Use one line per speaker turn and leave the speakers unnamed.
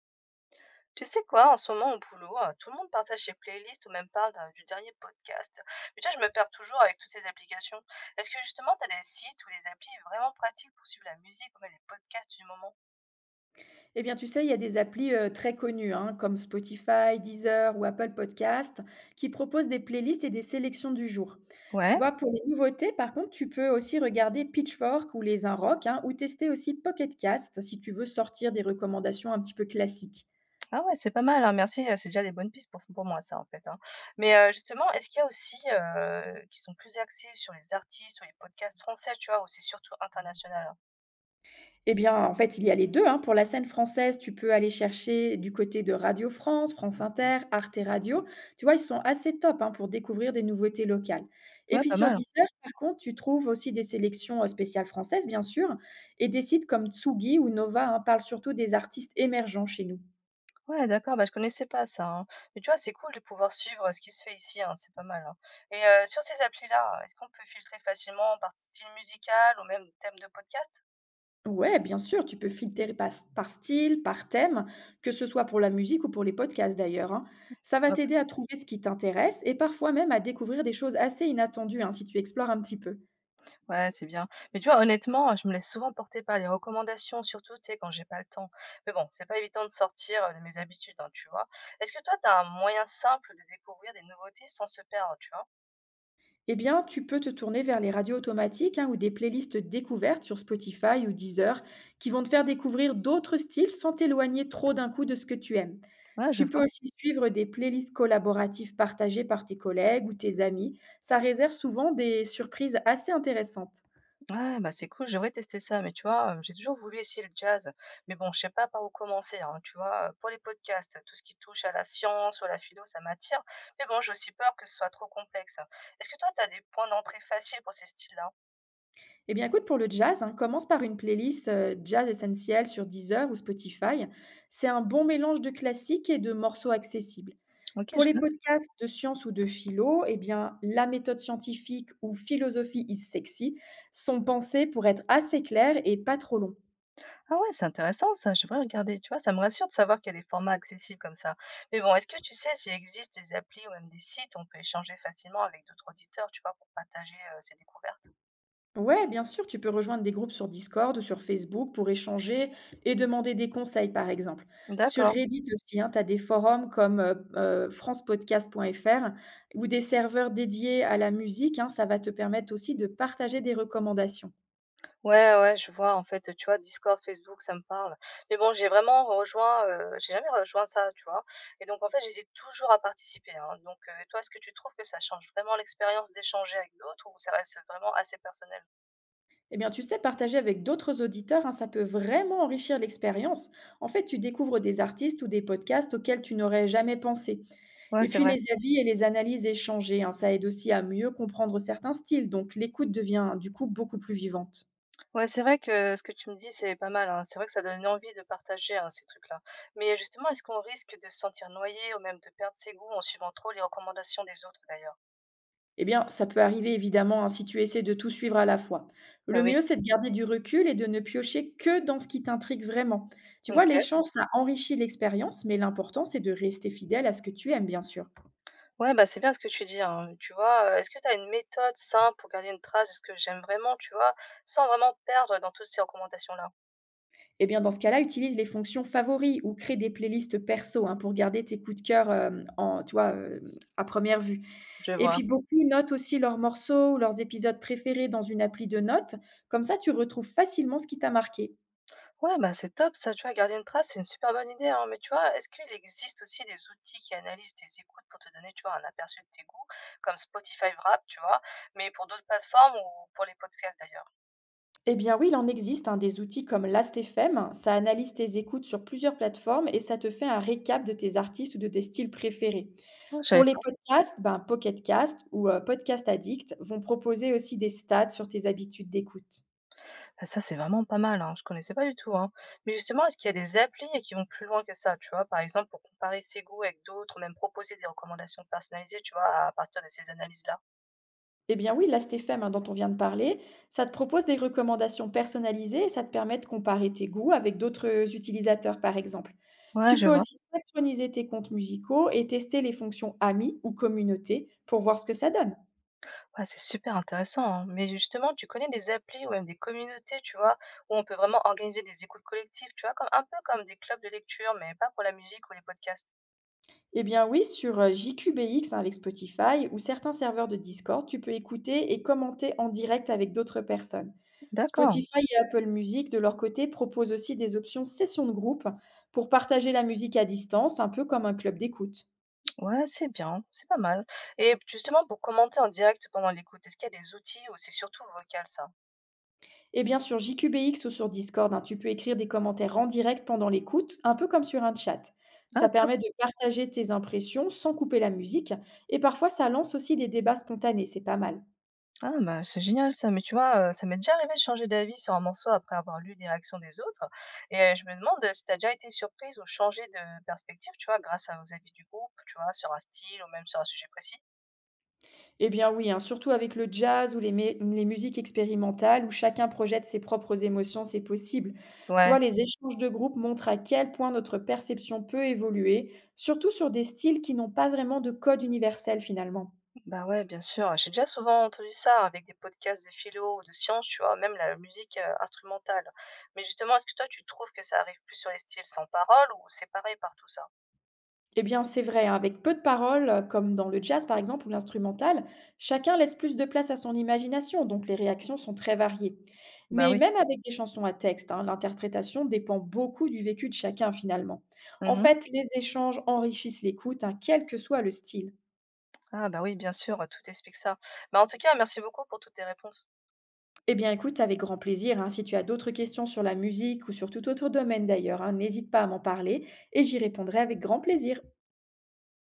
Tu sais quoi, en ce moment au boulot, tout le monde partage ses playlists ou même parle du dernier podcast. Mais tu vois, je me perds toujours avec toutes ces applications. Est-ce que justement, tu as des sites ou des applis vraiment pratiques pour suivre la musique ou même les podcasts du moment?
Eh bien, tu sais, il y a des applis très connues, hein, comme Spotify, Deezer ou Apple Podcast, qui proposent des playlists et des sélections du jour. Tu vois, pour les nouveautés, par contre, tu peux aussi regarder Pitchfork ou Les Unrock, hein, ou tester aussi Pocket Cast si tu veux sortir des recommandations un petit peu classiques.
Ah ouais, c'est pas mal, hein, merci, c'est déjà des bonnes pistes pour moi ça en fait. Hein. Mais justement, est-ce qu'il y a aussi qui sont plus axés sur les artistes ou les podcasts français, tu vois, ou c'est surtout international? Hein?
Eh bien, en fait, il y a les deux, hein. Pour la scène française, tu peux aller chercher du côté de Radio France, France Inter, Arte Radio. Tu vois, ils sont assez top, hein, pour découvrir des nouveautés locales. Et
Ouais,
puis
pas
sur
mal.
Deezer, par contre, tu trouves aussi des sélections, spéciales françaises, bien sûr, et des sites comme Tsugi ou Nova, hein, parlent surtout des artistes émergents chez nous.
Ouais, d'accord, bah, je connaissais pas ça, hein. Mais tu vois, c'est cool de pouvoir suivre, ce qui se fait ici, hein, c'est pas mal, hein. Et sur ces applis-là, est-ce qu'on peut filtrer facilement par style musical ou même thème de podcast?
Ouais, bien sûr, tu peux filtrer par style, par thème, que ce soit pour la musique ou pour les podcasts d'ailleurs, hein. Ça va
Top.
t'aider à trouver ce qui t'intéresse et parfois même à découvrir des choses assez inattendues, hein, si tu explores un petit peu.
Ouais, c'est bien. Mais tu vois, honnêtement, je me laisse souvent porter par les recommandations, surtout, tu sais, quand j'ai pas le temps. Mais bon, c'est pas évident de sortir, de mes habitudes, hein, tu vois? Est-ce que toi, t'as un moyen simple de découvrir des nouveautés sans se perdre, tu vois?
Eh bien, tu peux te tourner vers les radios automatiques, hein, ou des playlists découvertes sur Spotify ou Deezer qui vont te faire découvrir d'autres styles sans t'éloigner trop d'un coup de ce que tu aimes.
Ouais, je
Tu peux
vois.
aussi suivre des playlists collaboratives partagées par tes collègues ou tes amis. Ça réserve souvent des surprises assez intéressantes.
Ouais, bah c'est cool, j'aimerais tester ça, mais tu vois, j'ai toujours voulu essayer le jazz, mais bon, je sais pas par où commencer, hein, tu vois, pour les podcasts, tout ce qui touche à la science ou à la philo, ça m'attire, mais bon, j'ai aussi peur que ce soit trop complexe. Est-ce que toi, tu as des points d'entrée faciles pour ces styles-là?
Eh bien, écoute, pour le jazz, hein, commence par une playlist jazz essentiel sur Deezer ou Spotify. C'est un bon mélange de classiques et de morceaux accessibles.
Ok, je
Pour les
note.
podcasts de science ou de philo, eh bien, la méthode scientifique ou philosophie is sexy sont pensés pour être assez clairs et pas trop longs.
Ah ouais, c'est intéressant ça, je devrais regarder, tu vois, ça me rassure de savoir qu'il y a des formats accessibles comme ça. Mais bon, est-ce que tu sais s'il existe des applis ou même des sites où on peut échanger facilement avec d'autres auditeurs, tu vois, pour partager ses découvertes?
Ouais, bien sûr, tu peux rejoindre des groupes sur Discord ou sur Facebook pour échanger et demander des conseils, par exemple. Sur
D'accord.
Reddit aussi, hein, tu as des forums comme francepodcast.fr ou des serveurs dédiés à la musique, hein, ça va te permettre aussi de partager des recommandations.
Ouais, ouais, je vois en fait, tu vois Discord, Facebook, ça me parle. Mais bon, j'ai jamais rejoint ça, tu vois? Et donc en fait, j'hésite toujours à participer, hein. Donc, toi, est-ce que tu trouves que ça change vraiment l'expérience d'échanger avec d'autres ou ça reste vraiment assez personnel?
Eh bien, tu sais, partager avec d'autres auditeurs, hein, ça peut vraiment enrichir l'expérience. En fait, tu découvres des artistes ou des podcasts auxquels tu n'aurais jamais pensé.
Ouais,
Et
c'est
puis
vrai.
les avis et les analyses échangées, hein, ça aide aussi à mieux comprendre certains styles, donc l'écoute devient du coup beaucoup plus vivante.
Ouais, c'est vrai que ce que tu me dis, c'est pas mal, hein. C'est vrai que ça donne envie de partager, hein, ces trucs-là. Mais justement, est-ce qu'on risque de se sentir noyé ou même de perdre ses goûts en suivant trop les recommandations des autres d'ailleurs?
Eh bien, ça peut arriver évidemment, hein, si tu essaies de tout suivre à la fois.
Bah
Le
oui,
mieux, c'est de garder du recul et de ne piocher que dans ce qui t'intrigue vraiment. Tu vois,
OK.
l'échange, ça enrichit l'expérience, mais l'important, c'est de rester fidèle à ce que tu aimes, bien sûr.
Ouais, bah, c'est bien ce que tu dis, hein, tu vois? Est-ce que tu as une méthode simple pour garder une trace de ce que j'aime vraiment, tu vois? Sans vraiment perdre dans toutes ces recommandations-là?
Eh bien, dans ce cas-là, utilise les fonctions favoris ou crée des playlists perso, hein, pour garder tes coups de cœur à première vue.
Je
Et
vois.
puis beaucoup notent aussi leurs morceaux ou leurs épisodes préférés dans une appli de notes. Comme ça, tu retrouves facilement ce qui t'a marqué.
Ouais, bah, c'est top ça, tu vois? Garder une trace, c'est une super bonne idée, hein, mais tu vois, est-ce qu'il existe aussi des outils qui analysent tes écoutes pour te donner, tu vois, un aperçu de tes goûts, comme Spotify Wrapped, tu vois? Mais pour d'autres plateformes ou pour les podcasts d'ailleurs?
Eh bien oui, il en existe, hein, des outils comme Last.fm, ça analyse tes écoutes sur plusieurs plateformes et ça te fait un récap de tes artistes ou de tes styles préférés.
Ah, je
Pour
savais
les
pas.
podcasts, ben, Pocket Cast ou Podcast Addict vont proposer aussi des stats sur tes habitudes d'écoute.
Ah ça, c'est vraiment pas mal, hein, je connaissais pas du tout, hein. Mais justement, est-ce qu'il y a des applis qui vont plus loin que ça, tu vois? Par exemple, pour comparer ses goûts avec d'autres, ou même proposer des recommandations personnalisées, tu vois, à partir de ces analyses-là.
Eh bien oui, là, hein, dont on vient de parler, ça te propose des recommandations personnalisées et ça te permet de comparer tes goûts avec d'autres utilisateurs, par exemple.
Ouais,
Tu
je
peux
vois.
aussi synchroniser tes comptes musicaux et tester les fonctions amis ou communauté pour voir ce que ça donne.
Ouais, c'est super intéressant, hein. Mais justement, tu connais des applis ou même des communautés, tu vois, où on peut vraiment organiser des écoutes collectives, tu vois, comme un peu comme des clubs de lecture, mais pas pour la musique ou les podcasts.
Eh bien oui, sur JQBX, hein, avec Spotify ou certains serveurs de Discord, tu peux écouter et commenter en direct avec d'autres personnes.
D'accord.
Spotify et Apple Music, de leur côté, proposent aussi des options sessions de groupe pour partager la musique à distance, un peu comme un club d'écoute.
Ouais, c'est bien, c'est pas mal. Et justement, pour commenter en direct pendant l'écoute, est-ce qu'il y a des outils ou c'est surtout vocal ça?
Et bien sur JQBX ou sur Discord, hein, tu peux écrire des commentaires en direct pendant l'écoute, un peu comme sur un chat.
Ah,
Ça
top.
permet de partager tes impressions sans couper la musique, et parfois ça lance aussi des débats spontanés, c'est pas mal.
Ah bah, c'est génial ça, mais tu vois, ça m'est déjà arrivé de changer d'avis sur un morceau après avoir lu des réactions des autres et je me demande si t'as déjà été surprise ou changé de perspective, tu vois, grâce à aux avis du groupe, tu vois, sur un style ou même sur un sujet précis?
Eh bien oui, hein, surtout avec le jazz ou les musiques expérimentales où chacun projette ses propres émotions, c'est possible. Tu
Ouais,
vois, les échanges de groupe montrent à quel point notre perception peut évoluer, surtout sur des styles qui n'ont pas vraiment de code universel finalement.
bah, ouais, bien sûr. J'ai déjà souvent entendu ça avec des podcasts de philo ou de science tu vois, même la musique, instrumentale. Mais justement, est-ce que toi, tu trouves que ça arrive plus sur les styles sans parole ou séparés par tout ça?
Eh bien, c'est vrai, hein, avec peu de paroles, comme dans le jazz par exemple ou l'instrumental, chacun laisse plus de place à son imagination, donc les réactions sont très variées.
Bah,
Mais
oui.
même avec des chansons à texte, hein, l'interprétation dépend beaucoup du vécu de chacun finalement. En
Mmh.
fait, les échanges enrichissent l'écoute, hein, quel que soit le style.
Ah bah, oui, bien sûr, tout explique ça. Bah, en tout cas, merci beaucoup pour toutes tes réponses.
Eh bien, écoute avec grand plaisir, hein, si tu as d'autres questions sur la musique ou sur tout autre domaine d'ailleurs, hein, n'hésite pas à m'en parler et j'y répondrai avec grand plaisir.